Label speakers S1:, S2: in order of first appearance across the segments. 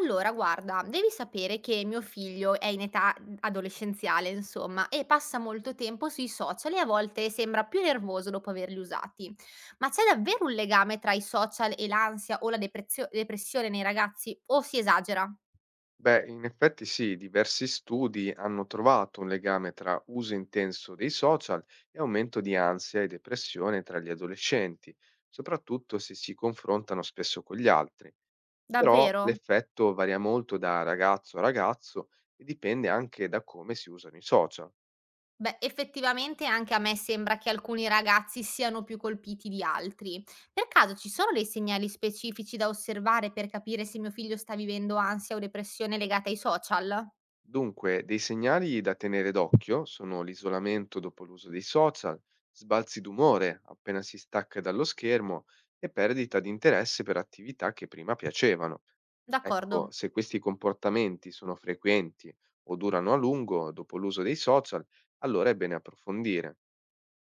S1: Allora guarda, devi sapere che mio figlio è in età adolescenziale insomma e passa molto tempo sui social e a volte sembra più nervoso dopo averli usati. Ma c'è davvero un legame tra i social e l'ansia o la depressione nei ragazzi o si esagera?
S2: Beh, in effetti sì, diversi studi hanno trovato un legame tra uso intenso dei social e aumento di ansia e depressione tra gli adolescenti, soprattutto se si confrontano spesso con gli altri. Però
S1: Davvero?
S2: l'effetto varia molto da ragazzo a ragazzo e dipende anche da come si usano i social.
S1: Beh, effettivamente anche a me sembra che alcuni ragazzi siano più colpiti di altri. Per caso ci sono dei segnali specifici da osservare per capire se mio figlio sta vivendo ansia o depressione legata ai social?
S2: Dunque, dei segnali da tenere d'occhio sono l'isolamento dopo l'uso dei social, sbalzi d'umore appena si stacca dallo schermo e perdita di interesse per attività che prima piacevano. Ecco,
S1: D'accordo.
S2: se questi comportamenti sono frequenti o durano a lungo dopo l'uso dei social, allora è bene approfondire.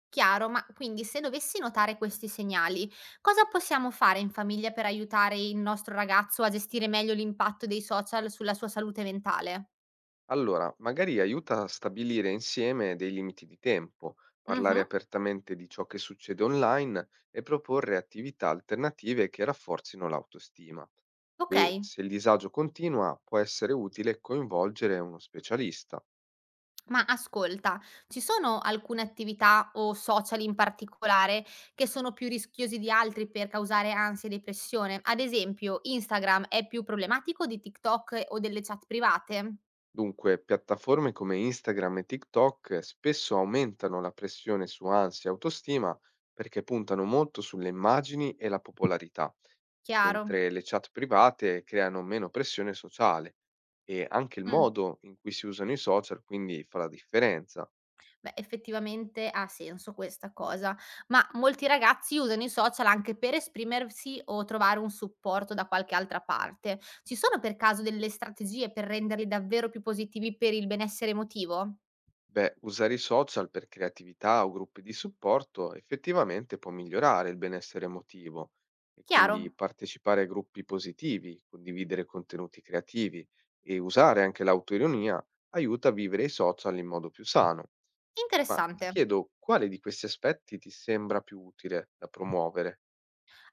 S1: Chiaro, ma quindi se dovessi notare questi segnali, cosa possiamo fare in famiglia per aiutare il nostro ragazzo a gestire meglio l'impatto dei social sulla sua salute mentale?
S2: Allora, magari aiuta a stabilire insieme dei limiti di tempo, parlare
S1: Mhm.
S2: apertamente di ciò che succede online e proporre attività alternative che rafforzino l'autostima.
S1: Ok,
S2: E se il disagio continua, può essere utile coinvolgere uno specialista.
S1: ma ascolta, ci sono alcune attività o social in particolare che sono più rischiosi di altri per causare ansia e depressione? Ad esempio, Instagram è più problematico di TikTok o delle chat private?
S2: Dunque, piattaforme come Instagram e TikTok spesso aumentano la pressione su ansia e autostima perché puntano molto sulle immagini e la popolarità,
S1: Chiaro.
S2: mentre le chat private creano meno pressione sociale. E anche il
S1: Mm.
S2: modo in cui si usano i social quindi fa la differenza.
S1: Beh, effettivamente ha senso questa cosa, ma molti ragazzi usano i social anche per esprimersi o trovare un supporto da qualche altra parte. Ci sono per caso delle strategie per renderli davvero più positivi per il benessere emotivo?
S2: Beh, usare i social per creatività o gruppi di supporto effettivamente può migliorare il benessere emotivo e quindi
S1: Chiaro?
S2: partecipare a gruppi positivi, condividere contenuti creativi e usare anche l'autoironia aiuta a vivere i social in modo più sano. Ma ti
S1: Interessante.
S2: chiedo quale di questi aspetti ti sembra più utile da promuovere?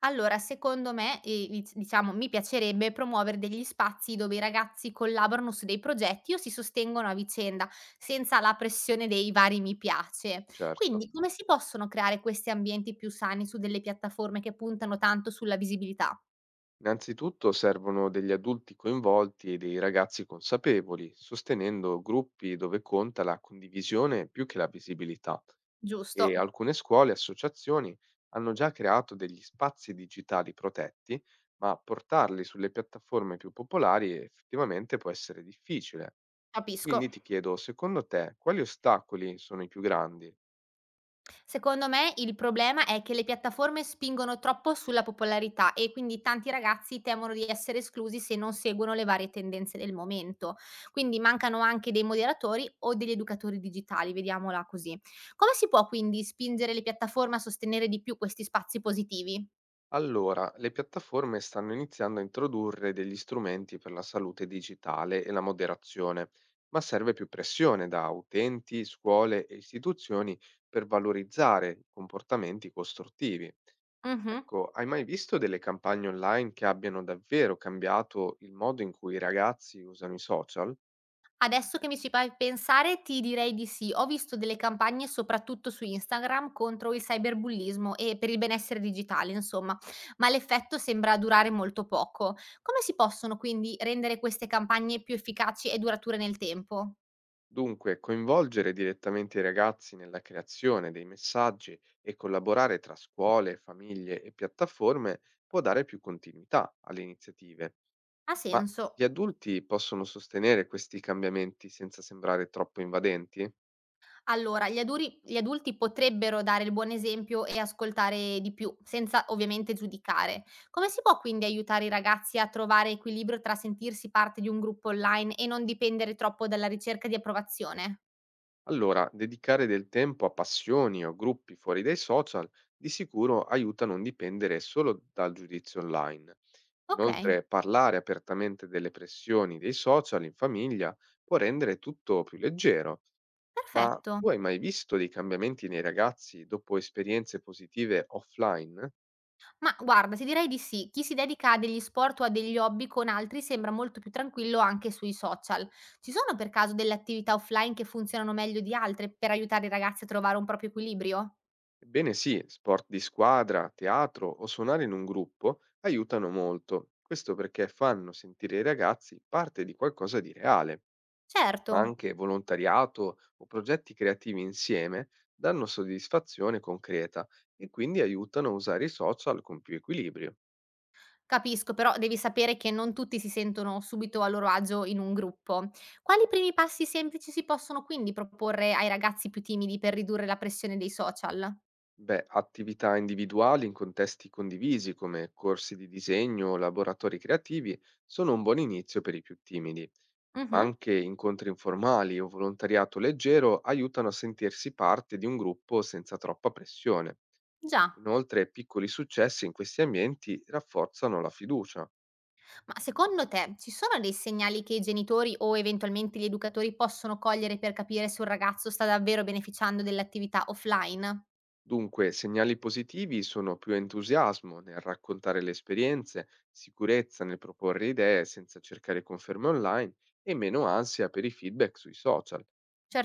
S1: Allora, secondo me, i diciamo, mi piacerebbe promuovere degli spazi dove i ragazzi collaborano su dei progetti o si sostengono a vicenda, senza la pressione dei vari "mi piace".
S2: Certo.
S1: Quindi, come si possono creare questi ambienti più sani su delle piattaforme che puntano tanto sulla visibilità?
S2: Innanzitutto servono degli adulti coinvolti e dei ragazzi consapevoli, sostenendo gruppi dove conta la condivisione più che la visibilità
S1: Giusto,
S2: e alcune scuole e associazioni hanno già creato degli spazi digitali protetti, ma portarli sulle piattaforme più popolari effettivamente può essere difficile.
S1: capisco.
S2: Quindi ti chiedo, secondo te, quali ostacoli sono i più grandi?
S1: Secondo me il problema è che le piattaforme spingono troppo sulla popolarità e quindi tanti ragazzi temono di essere esclusi se non seguono le varie tendenze del momento. Quindi mancano anche dei moderatori o degli educatori digitali, vediamola così. Come si può quindi spingere le piattaforme a sostenere di più questi spazi positivi?
S2: Allora, le piattaforme stanno iniziando a introdurre degli strumenti per la salute digitale e la moderazione, ma serve più pressione da utenti, scuole e istituzioni per valorizzare i comportamenti costruttivi.
S1: Mh-mh.
S2: Ecco, hai mai visto delle campagne online che abbiano davvero cambiato il modo in cui i ragazzi usano i social?
S1: Adesso che mi ci fai pensare ti direi di sì. Ho visto delle campagne soprattutto su Instagram contro il cyberbullismo e per il benessere digitale insomma, ma l'effetto sembra durare molto poco. Come si possono quindi rendere queste campagne più efficaci e durature nel tempo?
S2: Dunque, coinvolgere direttamente i ragazzi nella creazione dei messaggi e collaborare tra scuole, famiglie e piattaforme può dare più continuità alle iniziative,
S1: Ha
S2: ma gli
S1: senso.
S2: adulti possono sostenere questi cambiamenti senza sembrare troppo invadenti?
S1: Allora, gli adulti potrebbero dare il buon esempio e ascoltare di più, senza ovviamente giudicare. Come si può quindi aiutare i ragazzi a trovare equilibrio tra sentirsi parte di un gruppo online e non dipendere troppo dalla ricerca di approvazione?
S2: Allora, dedicare del tempo a passioni o gruppi fuori dai social di sicuro aiuta a non dipendere solo dal giudizio online.
S1: Ok,
S2: Inoltre, parlare apertamente delle pressioni dei social in famiglia può rendere tutto più leggero, ma
S1: perfetto.
S2: tu hai mai visto dei cambiamenti nei ragazzi dopo esperienze positive offline?
S1: Ma guarda, ti direi di sì, chi si dedica a degli sport o a degli hobby con altri sembra molto più tranquillo anche sui social. Ci sono per caso delle attività offline che funzionano meglio di altre per aiutare i ragazzi a trovare un proprio equilibrio?
S2: Ebbene sì, sport di squadra, teatro o suonare in un gruppo aiutano molto, questo perché fanno sentire i ragazzi parte di qualcosa di reale.
S1: Certo.
S2: Ma anche volontariato o progetti creativi insieme danno soddisfazione concreta e quindi aiutano a usare i social con più equilibrio.
S1: Capisco, però devi sapere che non tutti si sentono subito a loro agio in un gruppo. Quali primi passi semplici si possono quindi proporre ai ragazzi più timidi per ridurre la pressione dei social?
S2: Beh, attività individuali in contesti condivisi come corsi di disegno o laboratori creativi sono un buon inizio per i più timidi, ma
S1: Mhm.
S2: anche incontri informali o volontariato leggero aiutano a sentirsi parte di un gruppo senza troppa pressione.
S1: Già,
S2: Inoltre, piccoli successi in questi ambienti rafforzano la fiducia.
S1: ma secondo te ci sono dei segnali che i genitori o eventualmente gli educatori possono cogliere per capire se un ragazzo sta davvero beneficiando delle attività offline?
S2: Dunque, segnali positivi sono più entusiasmo nel raccontare le esperienze, sicurezza nel proporre idee senza cercare conferme online e meno ansia per i feedback sui social.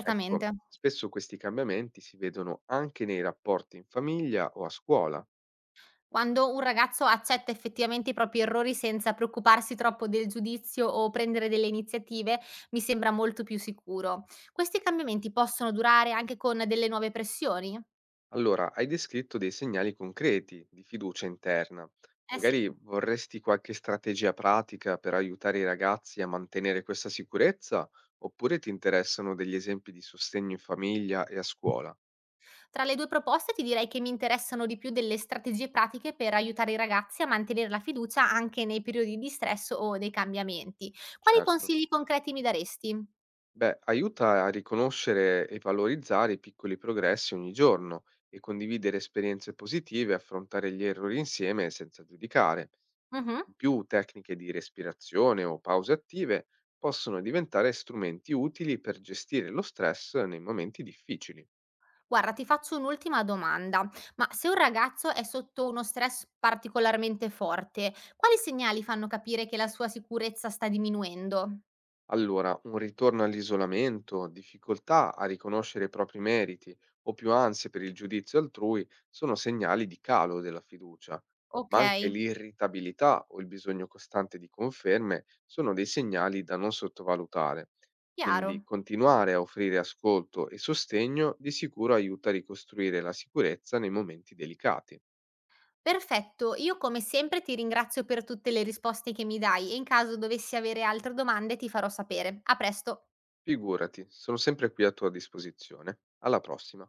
S2: Ecco, spesso questi cambiamenti si vedono anche nei rapporti in famiglia o a scuola.
S1: Quando un ragazzo accetta effettivamente i propri errori senza preoccuparsi troppo del giudizio o prendere delle iniziative, mi sembra molto più sicuro. Questi cambiamenti possono durare anche con delle nuove pressioni?
S2: Allora, hai descritto dei segnali concreti di fiducia interna.
S1: Eh sì.
S2: Magari vorresti qualche strategia pratica per aiutare i ragazzi a mantenere questa sicurezza, oppure ti interessano degli esempi di sostegno in famiglia e a scuola?
S1: Tra le due proposte ti direi che mi interessano di più delle strategie pratiche per aiutare i ragazzi a mantenere la fiducia anche nei periodi di stress o dei cambiamenti. Quali
S2: Certo.
S1: consigli concreti mi daresti?
S2: Beh, aiuta a riconoscere e valorizzare i piccoli progressi ogni giorno e condividere esperienze positive e affrontare gli errori insieme senza giudicare.
S1: Mhm.
S2: In più tecniche di respirazione o pause attive possono diventare strumenti utili per gestire lo stress nei momenti difficili.
S1: Guarda, ti faccio un'ultima domanda, ma se un ragazzo è sotto uno stress particolarmente forte, quali segnali fanno capire che la sua sicurezza sta diminuendo?
S2: Allora, un ritorno all'isolamento, difficoltà a riconoscere i propri meriti o più ansie per il giudizio altrui sono segnali di calo della fiducia,
S1: Ok,
S2: ma anche l'irritabilità o il bisogno costante di conferme sono dei segnali da non sottovalutare. Quindi
S1: chiaro.
S2: continuare a offrire ascolto e sostegno di sicuro aiuta a ricostruire la sicurezza nei momenti delicati.
S1: Perfetto, io come sempre ti ringrazio per tutte le risposte che mi dai e in caso dovessi avere altre domande ti farò sapere. A presto.
S2: Figurati, sono sempre qui a tua disposizione. Alla prossima.